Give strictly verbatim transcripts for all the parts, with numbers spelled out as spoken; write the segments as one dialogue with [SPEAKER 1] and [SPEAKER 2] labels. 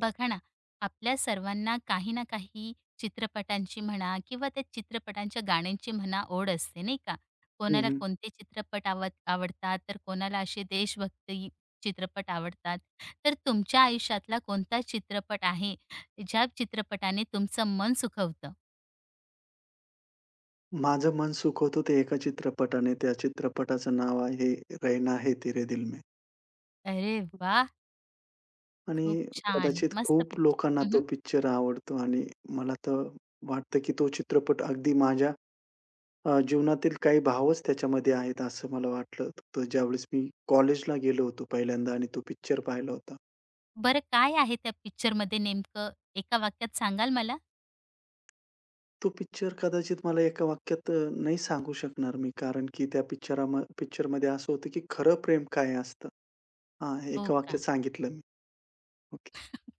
[SPEAKER 1] बघा ना, आपल्या सर्वांना काही ना काही चित्रपटांची म्हणा किंवा त्या चित्रपटांच्या गाण्यांची म्हणा ओढ असते, नाही का?
[SPEAKER 2] हं,
[SPEAKER 1] कोणाला
[SPEAKER 2] हं.
[SPEAKER 1] कोणते चित्रपट आवड आवडतात, तर कोणाला असे देशभक्ती चित्रपट आवडतात. तर तुमच्या आयुष्यातला कोणता चित्रपट आहे, ज्या चित्रपटाने तुमचं मन सुखवतं?
[SPEAKER 2] माझं मन सुखवतो ते एका चित्रपटाने. त्या चित्रपटाचं नाव आहे "रहना है तेरे दिल में"
[SPEAKER 1] अरे वाह!
[SPEAKER 2] आणि
[SPEAKER 1] खूप छान.
[SPEAKER 2] कदाचित
[SPEAKER 1] मस्त
[SPEAKER 2] खूप
[SPEAKER 1] पिक्चर.
[SPEAKER 2] लोकांना तो पिक्चर आवडतो आणि मला तर वाटतं, की तो चित्रपट अगदी माझ्या अ, जीवनातील काही भावच त्याच्यामध्ये आहेत असं मला वाटलं. तर ज्यावेळेस मी कॉलेजला गेलो होतो पहिल्यांदा आणि तो पिक्चर पाहिला होता.
[SPEAKER 1] बरं काय आहे त्या पिक्चरमध्ये नेमकं? एका वाक्यात सांगाल मला?
[SPEAKER 2] तो पिक्चर कदाचित मला एका वाक्यात अ, नाही सांगू शकणार मी कारण की त्या पिक्चराम पिक्चरमध्ये असं होतं, की खरं प्रेम काय असतं? हां,
[SPEAKER 1] हो
[SPEAKER 2] एका
[SPEAKER 1] का?
[SPEAKER 2] वाक्यात सांगितलं मी. ओके.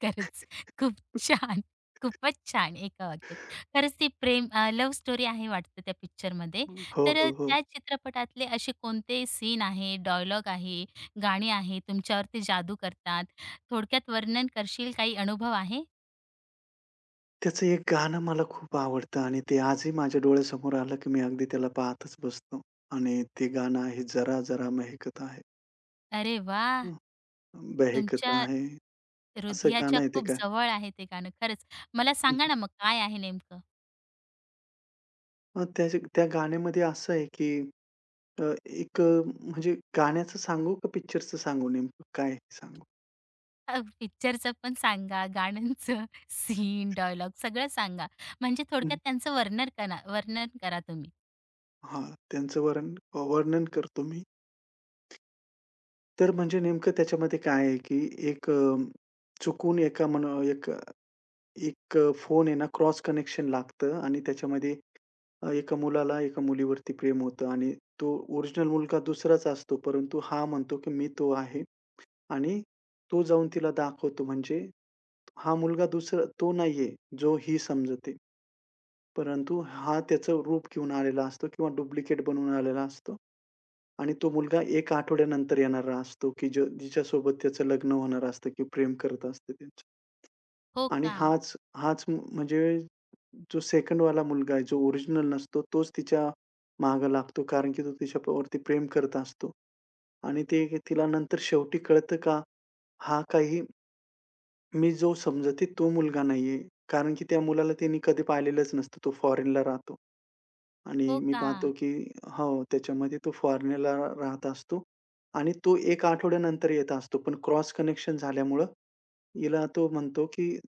[SPEAKER 1] खरंच खूप छान. खूपच छान एका वाक्यात. खरंच ती प्रेम अ, लव्ह स्टोरी आहे वाटतं त्या पिक्चरमध्ये.
[SPEAKER 2] हं. हो,
[SPEAKER 1] तर अ,
[SPEAKER 2] हो, हो.
[SPEAKER 1] त्या चित्रपटातले असे कोणते सीन आहे, डायलॉग आहे, गाणी आहे, तुमच्यावरती जादू करतात? थोडक्यात वर्णन करशील? काही अनुभव आहे?
[SPEAKER 2] त्याचं एक गाणं मला खूप आवडतं आणि ते आजही माझ्या डोळ्यासमोर आलं, की मी अगदी त्याला पाहतच बसतो आणि ते गाणं आहे "जरा जरा महकत आहे,
[SPEAKER 1] अरे वाह!
[SPEAKER 2] हं, बहकत
[SPEAKER 1] तुमच्या
[SPEAKER 2] आहे." असं
[SPEAKER 1] हृदयाच्या
[SPEAKER 2] गाणं आहे ते
[SPEAKER 1] खूप
[SPEAKER 2] का
[SPEAKER 1] जवळ आहे ते गाणं खरंच. मला
[SPEAKER 2] हं, हं.
[SPEAKER 1] सांगा ना मग काय आहे नेमकं?
[SPEAKER 2] मग त्या त्या गाण्यामध्ये असं आहे, की अ, एक अ, म्हणजे गाण्याचं सांगू का पिक्चरचं सांगू नेमकं काय सांगू?
[SPEAKER 1] अ, पिक्चरचं पण सांगा, गाण्यांचं, सीन, डायलॉग सगळं सांगा. म्हणजे
[SPEAKER 2] हं.
[SPEAKER 1] थोडक्यात त्यांचं वर्णन करा वर्णन करा तुम्ही.
[SPEAKER 2] हां, त्यांचं वरण वर्णन करतो मी. तर म्हणजे नेमकं त्याच्यामध्ये काय आहे, की एक अ, चुकून एका मन एक एक अ, फोन आहे ना, क्रॉस कनेक्शन लागतं आणि त्याच्यामध्ये अ, एका मुलाला एका मुलीवरती प्रेम होतं आणि तो ओरिजिनल मुलगा दुसराच असतो. परंतु हा म्हणतो, की "मी तो आहे" आणि तो जाऊन तिला दाखवतो. म्हणजे हा मुलगा दुसरा तो नाहीये, जो ही समजते. परंतु हा त्याचं रूप घेऊन आलेला असतो किंवा डुप्लिकेट बनवून आलेला असतो. आणि तो मुलगा एका आठवड्यानंतर येणारा असतो, की जो जिच्यासोबत त्याचं लग्न होणार असतं, की प्रेम करत असते त्याचं.
[SPEAKER 1] हो
[SPEAKER 2] आणि
[SPEAKER 1] का?
[SPEAKER 2] हाच हाच म्हणजे जो सेकंडवाला मुलगा आहे, जो ओरिजिनल नसतो, तोच तिच्या मागे लागतो. कारण की तो तिच्यावरती प्रेम करत असतो. आणि ते तिला नंतर शेवटी कळतं का, हा काही मी जो समजते तो मुलगा नाहीये. कारण की त्या मुलाला तिने कधी पाहिलेलंच नसतं. तो फॉरेनला राहतो. आणि
[SPEAKER 1] हो
[SPEAKER 2] मी
[SPEAKER 1] का?
[SPEAKER 2] पाहतो की हो, त्याच्यामध्ये तो फॉरेनला राहत असतो आणि तो एका आठवड्यानंतर येत असतो. पण क्रॉस कनेक्शन झाल्यामुळं हिला तो म्हणतो, की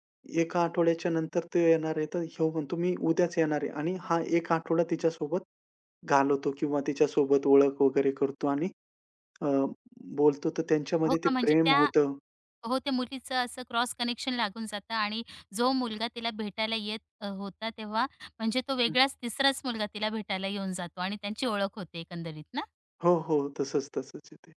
[SPEAKER 2] "एका आठवड्याच्या नंतर तो येणार आहे." तर ह्यो म्हणतो, "मी उद्याच येणार आहे." आणि हा एक आठवडा तिच्यासोबत घालवतो किंवा तिच्यासोबत ओळख वगैरे करतो आणि अ, बोलतो. तर
[SPEAKER 1] हो
[SPEAKER 2] त्यांच्यामध्ये ते
[SPEAKER 1] का? म्हणजे
[SPEAKER 2] प्रेम
[SPEAKER 1] त्या
[SPEAKER 2] होतं.
[SPEAKER 1] हो, त्या मुलीचं असं क्रॉस कनेक्शन लागून जातं आणि जो मुलगा तिला भेटायला येत अ, होता तेव्हा म्हणजे तो
[SPEAKER 2] हं.
[SPEAKER 1] वेगळाच तिसराच मुलगा तिला भेटायला येऊन जातो आणि त्यांची ओळख होते एकंदरीत ना?
[SPEAKER 2] हो, हो. तसंच, तसंच आहे ते.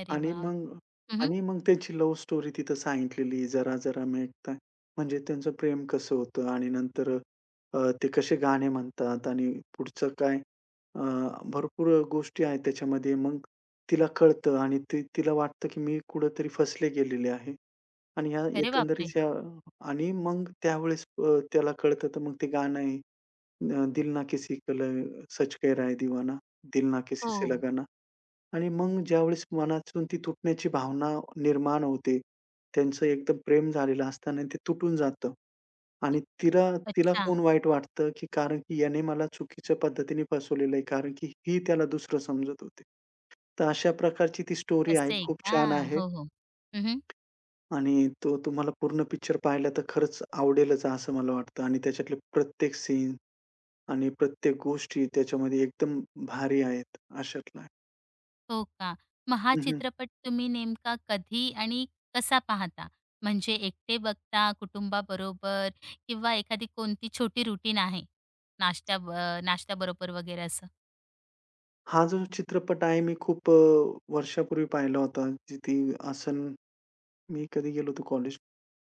[SPEAKER 1] अरे
[SPEAKER 2] आणि
[SPEAKER 1] वाह!
[SPEAKER 2] मग
[SPEAKER 1] हं, हं.
[SPEAKER 2] आणि मग त्याची लव्ह स्टोरी तिथं सांगितलेली जरा, जरा मिळता. म्हणजे त्यांचं प्रेम कसं होतं आणि नंतर अ, ते कसे गाणे म्हणतात आणि पुढचं काय अ, भरपूर गोष्टी आहेत त्याच्यामध्ये. मग तिला कळतं आणि ती तिला वाटतं, की मी कुठेतरी फसले गेलेले आहे. आणि ह्या
[SPEAKER 1] अरे
[SPEAKER 2] एकंदरीत
[SPEAKER 1] बापरे!
[SPEAKER 2] ह्या आणि मग त्यावेळेस अ, त्याला कळतं तर मग ते गाणं आहे अ, दिल ना किसी को सच कह रहा है दिवाना, दिल ना किसी से
[SPEAKER 1] हो.
[SPEAKER 2] लगाना. आणि मग ज्यावेळेस मनातून ती तुटण्याची भावना निर्माण होते, त्यांचं एकदम प्रेम झालेलं असतं आणि ते तुटून जातं. आणि तिला तिला
[SPEAKER 1] अच्छा.
[SPEAKER 2] कोण वाईट वाटतं, की कारण की याने मला चुकीच्या पद्धतीने फसवलेलं आहे, कारण की ही त्याला दुसरं समजत होती. तर अशा प्रकारची ती स्टोरी आहे.
[SPEAKER 1] असं आहे
[SPEAKER 2] खूप
[SPEAKER 1] का?
[SPEAKER 2] छान आहे
[SPEAKER 1] हो, हो. हं, हं.
[SPEAKER 2] आणि तो तुम्हाला पूर्ण पिक्चर पाहिला तर खरंच आवडेलच असं मला वाटतं आणि त्याच्यातले प्रत्येक सीन आणि प्रत्येक गोष्टी त्याच्यामध्ये एकदम भारी आहेत, अशातला आहे.
[SPEAKER 1] हो का? मग हा चित्रपट तुम्ही नेमका कधी आणि कसा पाहता? म्हणजे एकटे बघता, कुटुंबाबरोबर किंवा एखादी कोणती छोटी रुटीन आहे? नाश्त्या ब नाश्त्याबरोबर वगैरे असं?
[SPEAKER 2] हा जो चित्रपट आहे मी खूप अ, वर्षापूर्वी पाहिला होता. जिथे आसन मी कधी गेलो होतो कॉलेज.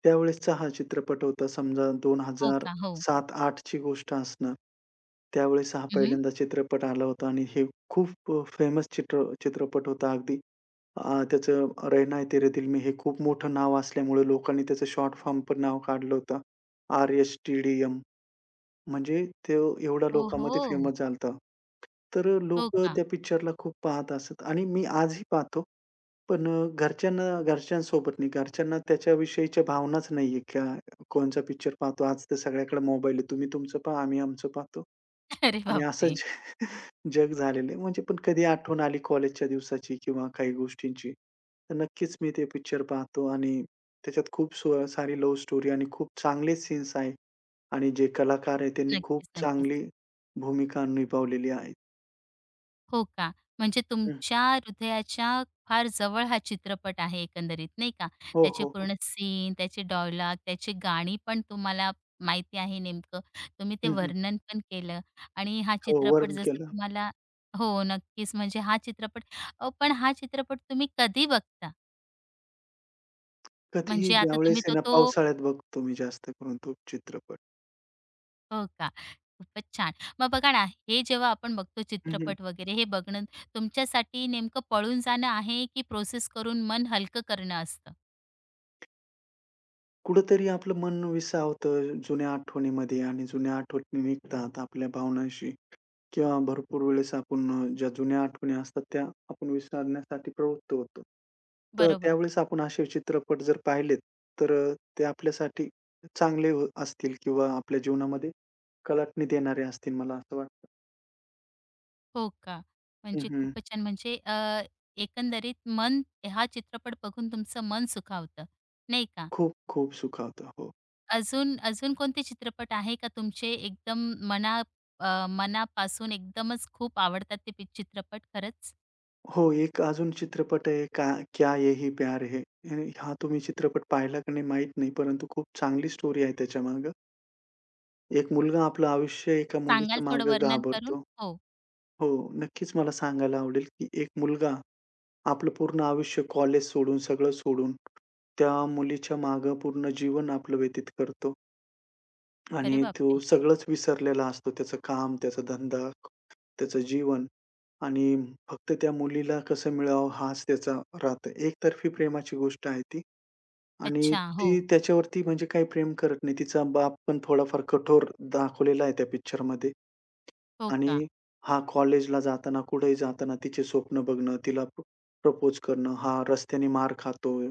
[SPEAKER 2] त्यावेळेसचा हा चित्रपट होता. समजा दोन
[SPEAKER 1] हो
[SPEAKER 2] हजार
[SPEAKER 1] का? हो.
[SPEAKER 2] सात आठ ची गोष्ट असणार. त्यावेळेस हा
[SPEAKER 1] हं,
[SPEAKER 2] पहिल्यांदा चित्रपट आला होता आणि हे खूप फेमस चित्र चित्रपट होता अगदी. अ, त्याचं "रहना है तेरे दिल में" हे खूप मोठं नाव असल्यामुळे लोकांनी त्याचं शॉर्ट फॉर्म पण नाव काढलं होतं. आर-एस-टी-डी-एम. म्हणजे तो एवढ्या
[SPEAKER 1] हो,
[SPEAKER 2] लोकांमध्ये
[SPEAKER 1] हो.
[SPEAKER 2] फेमस झाला होता. तर
[SPEAKER 1] हो
[SPEAKER 2] लोक
[SPEAKER 1] का?
[SPEAKER 2] त्या पिक्चरला खूप पाहत असत आणि मी आजही पाहतो. पण अ, घरच्यांना घरच्यांसोबत नाही. घरच्यांना त्याच्याविषयीच्या भावनाच नाहीये का कोणचा पिक्चर पाहतो? आज तर सगळ्याकडे मोबाईल आहे. तुम्ही तुमचं पहा, आम्ही आमचं पाहतो
[SPEAKER 1] अरे
[SPEAKER 2] आणि
[SPEAKER 1] बापरे!
[SPEAKER 2] असंच जग झालेलं आहे. म्हणजे पण कधी आठवण आली कॉलेजच्या दिवसाची किंवा काही गोष्टींची, तर नक्कीच मी ते पिक्चर पाहतो आणि त्याच्यात खूप सो सारी लव्ह स्टोरी आणि खूप चांगले सीन्स आहेत आणि जे कलाकार आहेत त्यांनी खूप
[SPEAKER 1] नक्कीच, नक्कीच.
[SPEAKER 2] चांगली भूमिका निभावलेली आहे.
[SPEAKER 1] हो का? म्हणजे
[SPEAKER 2] हं.
[SPEAKER 1] तुमच्या हृदयाच्या फार जवळ हा चित्रपट आहे एकंदरीत, नाही का?
[SPEAKER 2] हो,
[SPEAKER 1] त्याचे
[SPEAKER 2] हो, हो.
[SPEAKER 1] पूर्ण सीन, त्याचे डायलॉग, त्याची गाणी पण तुम्हाला माहिती आहे नेमकं. तुम्ही ते
[SPEAKER 2] हं, हं.
[SPEAKER 1] वर्णन पण केलं आणि हा
[SPEAKER 2] हो,
[SPEAKER 1] चित्रपट
[SPEAKER 2] वर्णन
[SPEAKER 1] जसं
[SPEAKER 2] केलं.
[SPEAKER 1] तुम्हाला हो, नक्कीच. म्हणजे हा चित्रपट अ, पण हा चित्रपट तुम्ही कधी बघता?
[SPEAKER 2] कधीही
[SPEAKER 1] म्हणजे आता
[SPEAKER 2] ज्यावेळेस
[SPEAKER 1] तुम्ही
[SPEAKER 2] आहे
[SPEAKER 1] तर
[SPEAKER 2] ना,
[SPEAKER 1] तो
[SPEAKER 2] पावसाळ्यात बघतो मी जास्त करून तो चित्रपट.
[SPEAKER 1] हो का? खूपच छान. मग बघा ना, हे जेव्हा आपण बघतो
[SPEAKER 2] हं, हं.
[SPEAKER 1] चित्रपट वगैरे हे बघणं तुमच्यासाठी नेमकं पळून जाणं आहे, की प्रोसेस करून मन हलकं करणं असतं?
[SPEAKER 2] कुठेतरी आपलं मन विसावतं जुन्या आठवणीमध्ये आणि जुन्या आठवणी निघतात आपल्या भावनांशी किंवा भरपूर वेळेस आपण अ, ज्या जुन्या आठवणी असतात त्या आपण विसरण्यासाठी प्रवृत्त होतो. तर
[SPEAKER 1] बरोबर.
[SPEAKER 2] त्यावेळेस आपण असे चित्रपट जर पाहिलेत, तर अ, ते आपल्यासाठी चांगले हो असतील किंवा आपल्या जीवनामध्ये कलाटणी देणारे असतील मला असं वाटतं.
[SPEAKER 1] हो का? म्हणजे
[SPEAKER 2] हं,
[SPEAKER 1] खूपच छान. म्हणजे अ, एकंदरीत मन हा चित्रपट बघून तुमचं मन सुखावतं, नाही का?
[SPEAKER 2] खूप खूप सुखावतं. हो.
[SPEAKER 1] अजून अजून कोणते चित्रपट आहे का तुमचे एकदम मना अ, मनापासून एकदमच खूप आवडतात ते पि चित्रपट खरंच?
[SPEAKER 2] हो, एक अजून चित्रपट आहे का क्या यही प्यार है. अं, हा तुम्ही चित्रपट पाहिला का नाही माहीत नाही, परंतु खूप चांगली स्टोरी आहे त्याच्यामागं. एक मुलगा आपलं आयुष्य एका
[SPEAKER 1] सांगाल
[SPEAKER 2] मुलीच्या
[SPEAKER 1] थोडं
[SPEAKER 2] मागे
[SPEAKER 1] वर्णन करून?
[SPEAKER 2] घाबरतो.
[SPEAKER 1] हो.
[SPEAKER 2] हो, नक्कीच मला सांगायला आवडेल, की एक मुलगा आपलं पूर्ण आयुष्य कॉलेज सोडून, सगळं सोडून, त्या मुलीच्या मागे पूर्ण जीवन आपलं व्यतीत करतो.
[SPEAKER 1] अरे
[SPEAKER 2] आणि तो
[SPEAKER 1] बापरे!
[SPEAKER 2] सगळंच विसरलेला असतो. त्याचं काम, त्याचा धंदा, त्याचं जीवन आणि फक्त त्या मुलीला कसं मिळावं हाच त्याचा राहतं. एकतर्फी प्रेमाची गोष्ट आहे ती आणि
[SPEAKER 1] अच्छा. हो.
[SPEAKER 2] ती त्याच्यावरती म्हणजे काही प्रेम करत नाही. तिचा बाप पण थोडाफार कठोर दाखवलेला आहे त्या पिक्चरमध्ये.
[SPEAKER 1] हो का?
[SPEAKER 2] आणि हा कॉलेजला जाताना, कुठेही जाताना तिचे स्वप्न बघणं, तिला प्रपोज करणं. हा रस्त्याने मार खातोय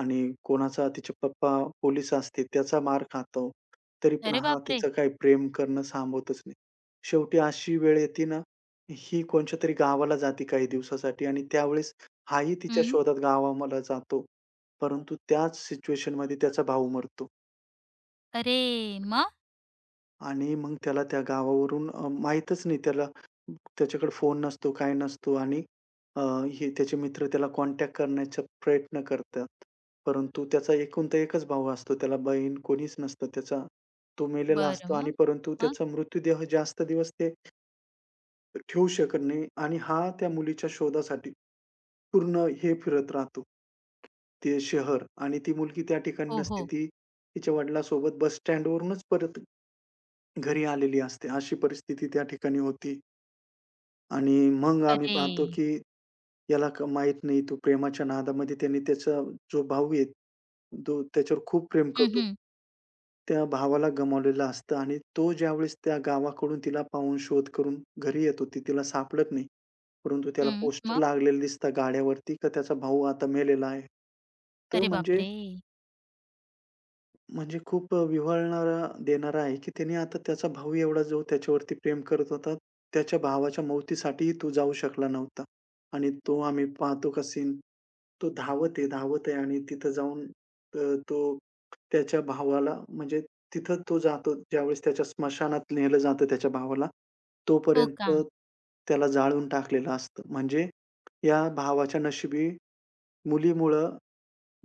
[SPEAKER 2] आणि कोणाचा तिचे पप्पा पोलीस असतील, त्याचा मार खातो. तरी पण
[SPEAKER 1] अरे
[SPEAKER 2] हा
[SPEAKER 1] बापरे!
[SPEAKER 2] तिचं काही प्रेम करणं थांबवतच नाही. शेवटी अशी वेळ येते ना, ही कोणच्यातरी गावाला जाते काही दिवसासाठी आणि त्यावेळेस हाही तिच्या
[SPEAKER 1] हं.
[SPEAKER 2] शोधात गावाला जातो. परंतु त्याच सिच्युएशनमध्ये त्याचा भाऊ मरतो.
[SPEAKER 1] अरे! मग?
[SPEAKER 2] आणि मग त्याला त्या गावावरून अ, माहीतच नाही त्याला. त्याच्याकडे फोन नसतो, काय नसतो आणि अ, हे त्याचे मित्र त्याला कॉन्टॅक्ट करण्याचा प्रयत्न करतात. परंतु त्याचा एकुलता एकच भाऊ असतो. त्याला बहीण कोणीच नसतं. त्याचा तो मेलेला असतो
[SPEAKER 1] बरं
[SPEAKER 2] आणि
[SPEAKER 1] मग?
[SPEAKER 2] परंतु
[SPEAKER 1] मग?
[SPEAKER 2] त्याचा मृत्यूदेह जास्त दिवस ते ठेवू शकत नाही आणि हा त्या मुलीच्या शोधासाठी पूर्ण हे फिरत राहतो. ते शहर आणि ती मुलगी त्या ठिकाणी
[SPEAKER 1] हो,
[SPEAKER 2] नसते.
[SPEAKER 1] हो.
[SPEAKER 2] ती तिच्या वडिलांसोबत बस स्टँडवरूनच परत घरी आलेली असते. अशी परिस्थिती त्या ठिकाणी होती आणि मग आम्ही
[SPEAKER 1] अरे!
[SPEAKER 2] पाहतो, की याला क माहीत नाही तो प्रेमाच्या नादामध्ये त्याने त्याचा जो भाऊ आहे, तो त्याच्यावर खूप प्रेम
[SPEAKER 1] हं,
[SPEAKER 2] करतो.
[SPEAKER 1] हं.
[SPEAKER 2] त्या भावाला गमावलेलं असतं आणि तो ज्यावेळेस त्या गावाकडून तिला पाहून शोध करून घरी येतो, ती तिला सापडत नाही. परंतु त्याला
[SPEAKER 1] हं.
[SPEAKER 2] पोस्टर
[SPEAKER 1] मग?
[SPEAKER 2] लागलेलं दिसतं गाड्यावरती, का त्याचा भाऊ आता मेलेला आहे. तर
[SPEAKER 1] अरे
[SPEAKER 2] म्हणजे
[SPEAKER 1] बापरे!
[SPEAKER 2] म्हणजे खूप अ, विव्हळणारा देणारा आहे, की त्याने आता त्याचा भाऊ एवढा जो त्याच्यावरती प्रेम करत होता, त्याच्या भावाच्या मौतीसाठीही तो जाऊ शकला नव्हता. आणि तो आम्ही पाहतो का सीन, तो धावत आहे, धावत आहे आणि तिथं जाऊन अ, तो त्याच्या भावाला म्हणजे तिथं तो जातो ज्यावेळेस त्याच्या स्मशानात नेलं जातं त्याच्या भावाला,
[SPEAKER 1] हो
[SPEAKER 2] तोपर्यंत
[SPEAKER 1] का?
[SPEAKER 2] त्याला जाळून टाकलेलं असतं. म्हणजे या भावाच्या नशिबी मुलीमुळं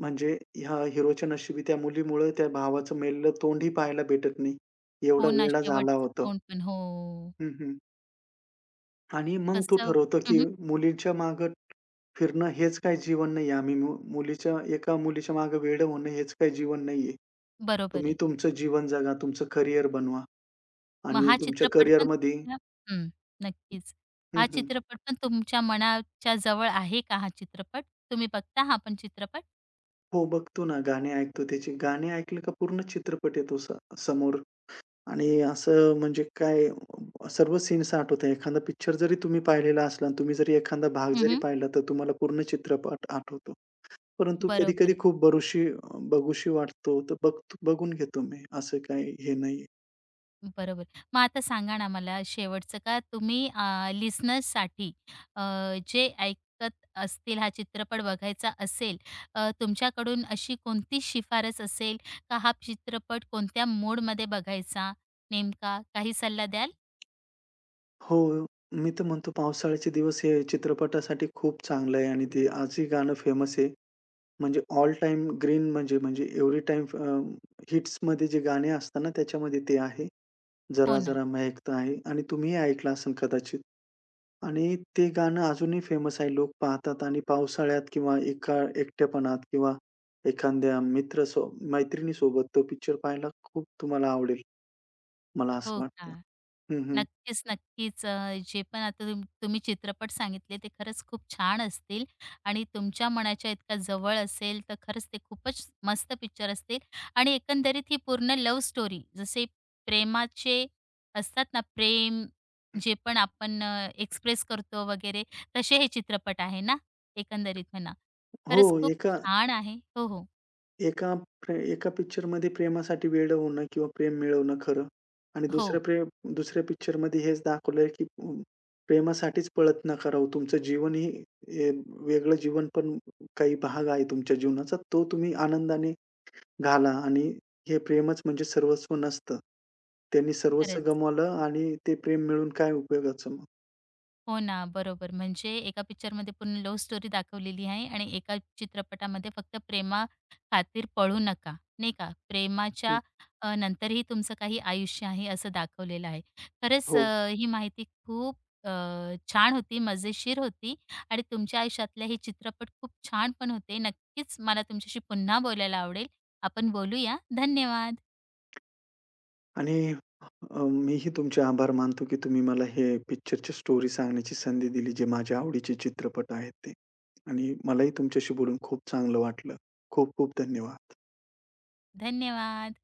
[SPEAKER 2] म्हणजे ह्या हिरोच्या नशिबी त्या मुलीमुळं त्या भावाचं मेलेलं तोंडही पाहायला भेटत नाही. एवढा
[SPEAKER 1] हो ना,
[SPEAKER 2] वेडा झाला
[SPEAKER 1] शेवटचं
[SPEAKER 2] होता.
[SPEAKER 1] तोंड पण. हो.
[SPEAKER 2] हं, हं. आणि मग तो
[SPEAKER 1] कसं
[SPEAKER 2] ठरवतो,
[SPEAKER 1] हं,
[SPEAKER 2] की
[SPEAKER 1] हं.
[SPEAKER 2] मुलीच्या मागं फिरणं हेच काही जीवन नाहीये. आम्ही मु मुलीच्या एका मुलीच्या मागे वेडं होणं हेच काही जीवन नाहीये.
[SPEAKER 1] बरोबर
[SPEAKER 2] तुम्ही
[SPEAKER 1] आहे.
[SPEAKER 2] तुमचं जीवन जगा, तुमचं करियर बनवा
[SPEAKER 1] मग
[SPEAKER 2] आणि
[SPEAKER 1] हा
[SPEAKER 2] तुमच्या
[SPEAKER 1] चित्रपट पण
[SPEAKER 2] करियरमध्ये
[SPEAKER 1] तुम्हाला- हं. नक्कीच.
[SPEAKER 2] हं,
[SPEAKER 1] हा
[SPEAKER 2] हं.
[SPEAKER 1] चित्रपट पण तुमच्या मनाच्या जवळ आहे का हा चित्रपट? तुम्ही बघता हा पण चित्रपट?
[SPEAKER 2] हो, बघतो ना, गाणे ऐकतो त्याचे. गाणे ऐकलं का पूर्ण चित्रपट येतो स समोर. आणि असं म्हणजे काय सर्व सीन्स आठवतात. एखादा पिक्चर जरी तुम्ही पाहिलेला असला आणि तुम्ही जरी एखादा भाग
[SPEAKER 1] हं,
[SPEAKER 2] जरी
[SPEAKER 1] हं.
[SPEAKER 2] पाहिला, तर तुम्हाला पूर्ण चित्रपट आठवतो. परंतु कधी-कधी
[SPEAKER 1] बरोबर.
[SPEAKER 2] खूप बरुशी, बघूशी वाटतो, तर बघ बघून घेतो मी. असं काही हे नाहीये.
[SPEAKER 1] बरोबर. मग आता सांगा ना मला शेवटचं का तुम्ही अ, लिसनर्ससाठी अ, जे ऐकत असतील हा चित्रपट बघायचा असेल, अ, तुमच्याकडून अशी कोणती शिफारस असेल का हा चित्रपट कोणत्या मूडमध्ये बघायचा नेमका? काही सल्ला द्याल?
[SPEAKER 2] हो, मी तर म्हणतो पावसाळ्याचे दिवस हे चित्रपटासाठी खूप चांगलं आहे आणि ते आजही गाणं फेमस आहे. म्हणजे ऑल टाईम ग्रीन म्हणजे म्हणजे एव्हरी टाईम अ, हिट्समध्ये जे गाणे असतात ना, त्याच्यामध्ये ते आहे.
[SPEAKER 1] हो
[SPEAKER 2] "जरा
[SPEAKER 1] ना.
[SPEAKER 2] जरा महकता है" आणि तुम्हीही ऐकलं असेल कदाचित. आणि ते गाणं अजूनही फेमस आहे. लोक पाहतात आणि पावसाळ्यात किंवा एका एकटेपणात किंवा एखाद्या मित्र सो मैत्रिणीसोबत तो पिक्चर पाहायला खूप तुम्हाला आवडेल, मला असं
[SPEAKER 1] हो का?
[SPEAKER 2] वाटतं. हं, हं.
[SPEAKER 1] नक्कीच, नक्कीच. अ, जे पण आता तुम तुम्ही चित्रपट सांगितले ते खरंच खूप छान असतील आणि तुमच्या मनाच्या इतका जवळ असेल तर खरंच ते खूपच मस्त पिक्चर असतील आणि एकंदरीत ही पूर्ण लव्ह स्टोरी जसे प्रेमाचे असतात ना, प्रेम जे पण आपण एक्सप्रेस करतो वगैरे तसे हे चित्रपट आहे ना, एकंदरीत म्हणा.
[SPEAKER 2] हो,
[SPEAKER 1] खरंच खूप
[SPEAKER 2] एका
[SPEAKER 1] छान आहे. हो, हो.
[SPEAKER 2] एका प्रे एका पिक्चरमध्ये प्रेमासाठी वेडं होणं किंवा प्रेम मिळवणं खरं आणि
[SPEAKER 1] हो,
[SPEAKER 2] दुसऱ्या प्रेम दुसऱ्या पिक्चरमध्ये हेच दाखवलंय, की अं, प्रेमासाठीच पळत नका राहू. तुमचं जीवन ही हे वेगळं जीवन पण काही भाग आहे तुमच्या जीवनाचा. तो तुम्ही आनंदाने घाला आणि हे प्रेमच म्हणजे सर्वस्व नसतं. त्यांनी सर्वस्व
[SPEAKER 1] खरंच.
[SPEAKER 2] गमावलं आणि ते प्रेम मिळून काय उपयोगाचं मग?
[SPEAKER 1] हो ना, बरोबर. म्हणजे एका पिक्चरमध्ये पूर्ण लव्ह स्टोरी दाखवलेली आहे आणि एका चित्रपटामध्ये फक्त प्रेमा प्रेमाखातीर पळू नका, नाही का?
[SPEAKER 2] हं,
[SPEAKER 1] प्रेमाच्या अ, नंतरही तुमचं काही आयुष्य आहे असं दाखवलेलं आहे. खरंच
[SPEAKER 2] हो.
[SPEAKER 1] अ, ही माहिती खूप अ, छान होती, मजेशीर होती आणि तुमच्या आयुष्यातले हे चित्रपट खूप छान पण होते. नक्कीच मला तुमच्याशी पुन्हा बोलायला आवडेल. आपण बोलूया. धन्यवाद.
[SPEAKER 2] आणि अ, मीही तुमचे आभार मानतो, की तुम्ही मला हे पिक्चरची स्टोरी सांगण्याची संधी दिली, जे माझ्या आवडीचे चित्रपट आहेत ते. आणि मलाही तुमच्याशी बोलून खूप चांगलं वाटलं. खूप खूप धन्यवाद.
[SPEAKER 1] धन्यवाद.